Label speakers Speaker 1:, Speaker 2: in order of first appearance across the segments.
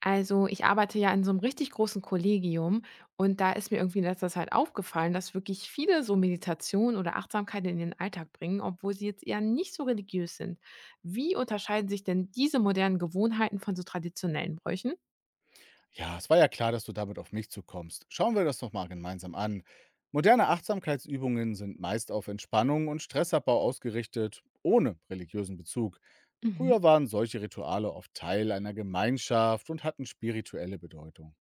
Speaker 1: Also, ich arbeite ja in so einem richtig großen Kollegium und da ist mir irgendwie in letzter Zeit aufgefallen, dass wirklich viele so Meditation oder Achtsamkeit in den Alltag bringen, obwohl sie jetzt eher nicht so religiös sind. Wie unterscheiden sich denn diese modernen Gewohnheiten von so traditionellen Bräuchen?
Speaker 2: Ja, es war ja klar, dass du damit auf mich zukommst. Schauen wir das doch mal gemeinsam an. Moderne Achtsamkeitsübungen sind meist auf Entspannung und Stressabbau ausgerichtet, ohne religiösen Bezug. Früher
Speaker 1: Mhm.
Speaker 2: waren solche Rituale oft Teil einer Gemeinschaft und hatten spirituelle Bedeutung.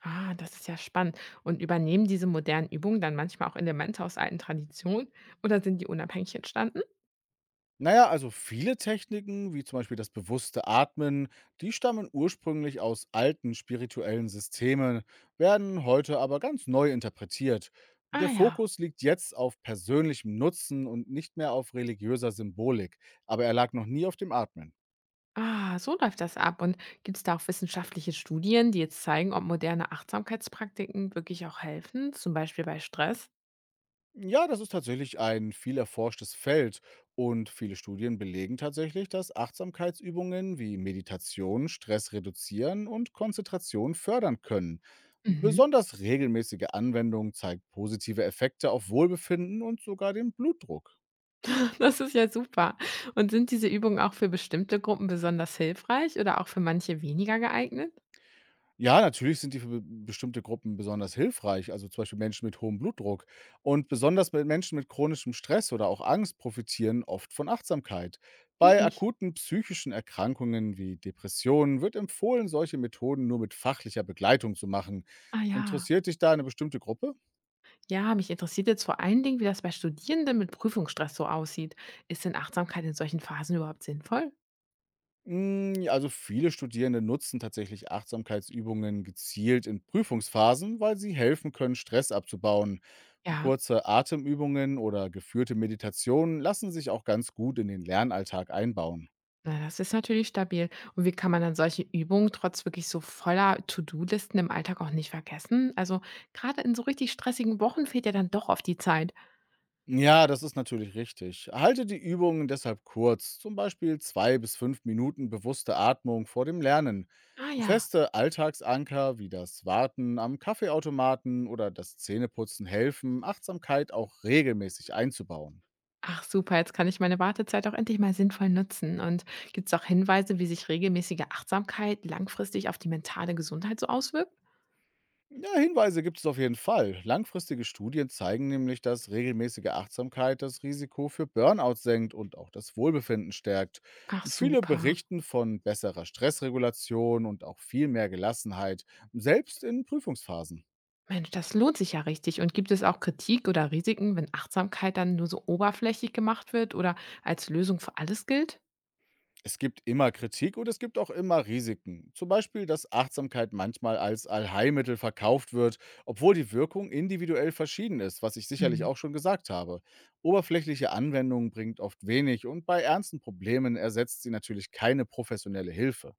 Speaker 1: Ah, das ist ja spannend. Und übernehmen diese modernen Übungen dann manchmal auch Elemente aus alten Traditionen oder sind die unabhängig entstanden?
Speaker 2: Na ja, also viele Techniken, wie zum Beispiel das bewusste Atmen, die stammen ursprünglich aus alten spirituellen Systemen, werden heute aber ganz neu interpretiert.
Speaker 1: Ah
Speaker 2: Der
Speaker 1: ja.
Speaker 2: Fokus liegt jetzt auf persönlichem Nutzen und nicht mehr auf religiöser Symbolik, aber er lag noch nie auf dem Atmen.
Speaker 1: Ah, so läuft das ab. Und gibt es da auch wissenschaftliche Studien, die jetzt zeigen, ob moderne Achtsamkeitspraktiken wirklich auch helfen, zum Beispiel bei Stress?
Speaker 2: Ja, das ist tatsächlich ein viel erforschtes Feld und viele Studien belegen tatsächlich, dass Achtsamkeitsübungen wie Meditation Stress reduzieren und Konzentration fördern können.
Speaker 1: Mhm.
Speaker 2: Besonders regelmäßige Anwendung zeigt positive Effekte auf Wohlbefinden und sogar den Blutdruck.
Speaker 1: Das ist ja super. Und sind diese Übungen auch für bestimmte Gruppen besonders hilfreich oder auch für manche weniger geeignet?
Speaker 2: Ja, natürlich sind die für be bestimmte Gruppen besonders hilfreich, also zum Beispiel Menschen mit hohem Blutdruck. Und besonders bei Menschen mit chronischem Stress oder auch Angst profitieren oft von Achtsamkeit.
Speaker 1: Wie
Speaker 2: Bei
Speaker 1: ich.
Speaker 2: akuten psychischen Erkrankungen wie Depressionen wird empfohlen, solche Methoden nur mit fachlicher Begleitung zu machen.
Speaker 1: Ah ja.
Speaker 2: Interessiert dich da eine bestimmte Gruppe?
Speaker 1: Ja, mich interessiert jetzt vor allen Dingen, wie das bei Studierenden mit Prüfungsstress so aussieht. Ist denn Achtsamkeit in solchen Phasen überhaupt sinnvoll?
Speaker 2: Hm, also viele Studierende nutzen tatsächlich Achtsamkeitsübungen gezielt in Prüfungsphasen, weil sie helfen können, Stress abzubauen.
Speaker 1: Ja.
Speaker 2: Kurze Atemübungen oder geführte Meditationen lassen sich auch ganz gut in den Lernalltag einbauen.
Speaker 1: Na, das ist natürlich stabil. Und wie kann man dann solche Übungen trotz wirklich so voller To-Do-Listen im Alltag auch nicht vergessen? Also gerade in so richtig stressigen Wochen fehlt ja dann doch oft die Zeit.
Speaker 2: Ja, das ist natürlich richtig. Halte die Übungen deshalb kurz, zum Beispiel 2 bis 5 Minuten bewusste Atmung vor dem Lernen.
Speaker 1: Ah ja.
Speaker 2: Feste Alltagsanker wie das Warten am Kaffeeautomaten oder das Zähneputzen helfen, Achtsamkeit auch regelmäßig einzubauen.
Speaker 1: Ach super, jetzt kann ich meine Wartezeit auch endlich mal sinnvoll nutzen. Und gibt es auch Hinweise, wie sich regelmäßige Achtsamkeit langfristig auf die mentale Gesundheit so auswirkt?
Speaker 2: Ja, Hinweise gibt es auf jeden Fall. Langfristige Studien zeigen nämlich, dass regelmäßige Achtsamkeit das Risiko für Burnout senkt und auch das Wohlbefinden stärkt.
Speaker 1: Ach
Speaker 2: Viele
Speaker 1: super.
Speaker 2: berichten von besserer Stressregulation und auch viel mehr Gelassenheit, selbst in Prüfungsphasen.
Speaker 1: Mensch, das lohnt sich ja richtig. Und gibt es auch Kritik oder Risiken, wenn Achtsamkeit dann nur so oberflächlich gemacht wird oder als Lösung für alles gilt?
Speaker 2: Es gibt immer Kritik und es gibt auch immer Risiken. Zum Beispiel, dass Achtsamkeit manchmal als Allheilmittel verkauft wird, obwohl die Wirkung individuell verschieden ist, was ich sicherlich
Speaker 1: Mhm.
Speaker 2: auch schon gesagt habe. Oberflächliche Anwendung bringt oft wenig und bei ernsten Problemen ersetzt sie natürlich keine professionelle Hilfe.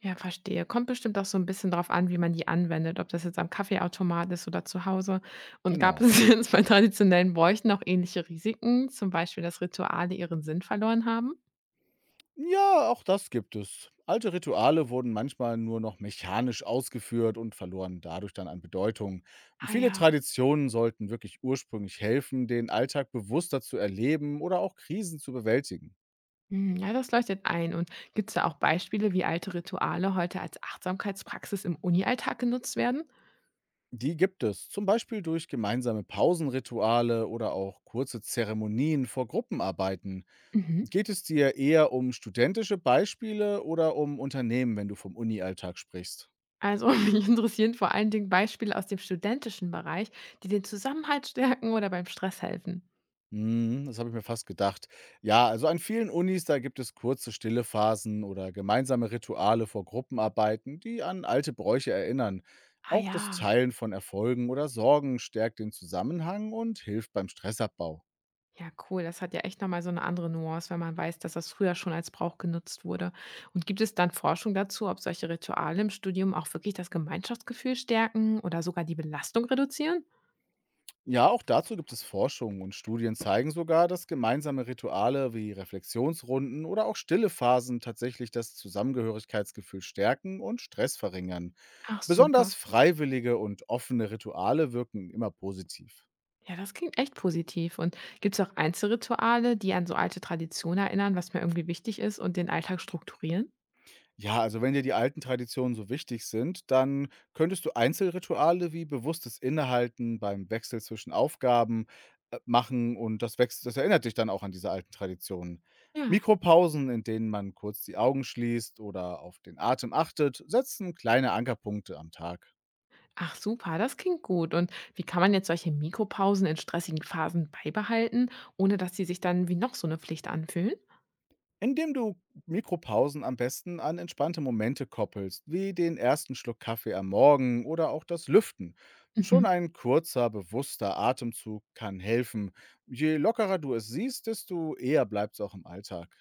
Speaker 1: Ja, verstehe. Kommt bestimmt auch so ein bisschen drauf an, wie man die anwendet, ob das jetzt am Kaffeeautomat ist oder zu Hause. Und gab
Speaker 2: Genau.
Speaker 1: es jetzt bei traditionellen Bräuchen auch ähnliche Risiken, zum Beispiel, dass Rituale ihren Sinn verloren haben?
Speaker 2: Ja, auch das gibt es. Alte Rituale wurden manchmal nur noch mechanisch ausgeführt und verloren dadurch dann an Bedeutung. Und
Speaker 1: Ah
Speaker 2: viele
Speaker 1: ja.
Speaker 2: Traditionen sollten wirklich ursprünglich helfen, den Alltag bewusster zu erleben oder auch Krisen zu bewältigen.
Speaker 1: Hm, ja, das leuchtet ein. Und gibt es da auch Beispiele, wie alte Rituale heute als Achtsamkeitspraxis im Uni-Alltag genutzt werden?
Speaker 2: Die gibt es, zum Beispiel durch gemeinsame Pausenrituale oder auch kurze Zeremonien vor Gruppenarbeiten.
Speaker 1: Mhm.
Speaker 2: Geht es dir eher um studentische Beispiele oder um Unternehmen, wenn du vom Uni-Alltag sprichst?
Speaker 1: Also, mich interessieren vor allen Dingen Beispiele aus dem studentischen Bereich, die den Zusammenhalt stärken oder beim Stress helfen.
Speaker 2: Mhm, das habe ich mir fast gedacht. Ja, also an vielen Unis, da gibt es kurze stille Phasen oder gemeinsame Rituale vor Gruppenarbeiten, die an alte Bräuche erinnern.
Speaker 1: Ah
Speaker 2: Auch das
Speaker 1: ja.
Speaker 2: Teilen von Erfolgen oder Sorgen stärkt den Zusammenhang und hilft beim Stressabbau.
Speaker 1: Ja, cool. Das hat ja echt nochmal so eine andere Nuance, wenn man weiß, dass das früher schon als Brauch genutzt wurde. Und gibt es dann Forschung dazu, ob solche Rituale im Studium auch wirklich das Gemeinschaftsgefühl stärken oder sogar die Belastung reduzieren?
Speaker 2: Ja, auch dazu gibt es Forschung und Studien zeigen sogar, dass gemeinsame Rituale wie Reflexionsrunden oder auch stille Phasen tatsächlich das Zusammengehörigkeitsgefühl stärken und Stress verringern.
Speaker 1: Ach super.
Speaker 2: Besonders freiwillige und offene Rituale wirken immer positiv.
Speaker 1: Ja, das klingt echt positiv. Und gibt es auch Einzelrituale, die an so alte Traditionen erinnern, was mir irgendwie wichtig ist und den Alltag strukturieren?
Speaker 2: Ja, also wenn dir die alten Traditionen so wichtig sind, dann könntest du Einzelrituale wie bewusstes Innehalten beim Wechsel zwischen Aufgaben machen und das, wächst, das erinnert dich dann auch an diese alten Traditionen.
Speaker 1: Ja.
Speaker 2: Mikropausen, in denen man kurz die Augen schließt oder auf den Atem achtet, setzen kleine Ankerpunkte am Tag.
Speaker 1: Ach super, das klingt gut. Und wie kann man jetzt solche Mikropausen in stressigen Phasen beibehalten, ohne dass sie sich dann wie noch so eine Pflicht anfühlen?
Speaker 2: Indem du Mikropausen am besten an entspannte Momente koppelst, wie den ersten Schluck Kaffee am Morgen oder auch das Lüften.
Speaker 1: Mhm.
Speaker 2: Schon ein kurzer, bewusster Atemzug kann helfen. Je lockerer du es siehst, desto eher bleibt es auch im Alltag.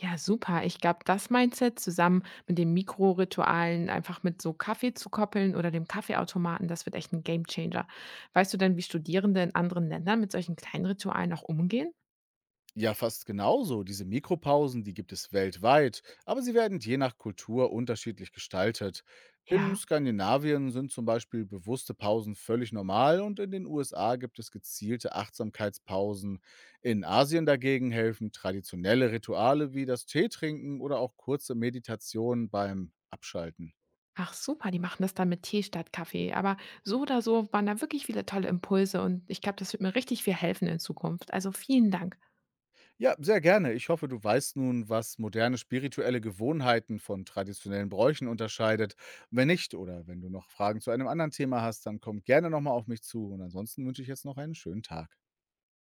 Speaker 1: Ja, super. Ich glaube, das Mindset zusammen mit den Mikroritualen, einfach mit so Kaffee zu koppeln oder dem Kaffeeautomaten, das wird echt ein Gamechanger. Weißt du denn, wie Studierende in anderen Ländern mit solchen kleinen Ritualen auch umgehen?
Speaker 2: Ja, fast genauso. Diese Mikropausen, die gibt es weltweit, aber sie werden je nach Kultur unterschiedlich gestaltet. In
Speaker 1: Ja.
Speaker 2: Skandinavien sind zum Beispiel bewusste Pausen völlig normal und in den USA gibt es gezielte Achtsamkeitspausen. In Asien dagegen helfen traditionelle Rituale wie das Teetrinken oder auch kurze Meditationen beim Abschalten.
Speaker 1: Ach super, die machen das dann mit Tee statt Kaffee. Aber so oder so waren da wirklich viele tolle Impulse und ich glaube, das wird mir richtig viel helfen in Zukunft. Also vielen Dank.
Speaker 2: Ja, sehr gerne. Ich hoffe, du weißt nun, was moderne spirituelle Gewohnheiten von traditionellen Bräuchen unterscheidet. Wenn nicht oder wenn du noch Fragen zu einem anderen Thema hast, dann komm gerne nochmal auf mich zu. Und ansonsten wünsche ich jetzt noch einen schönen Tag.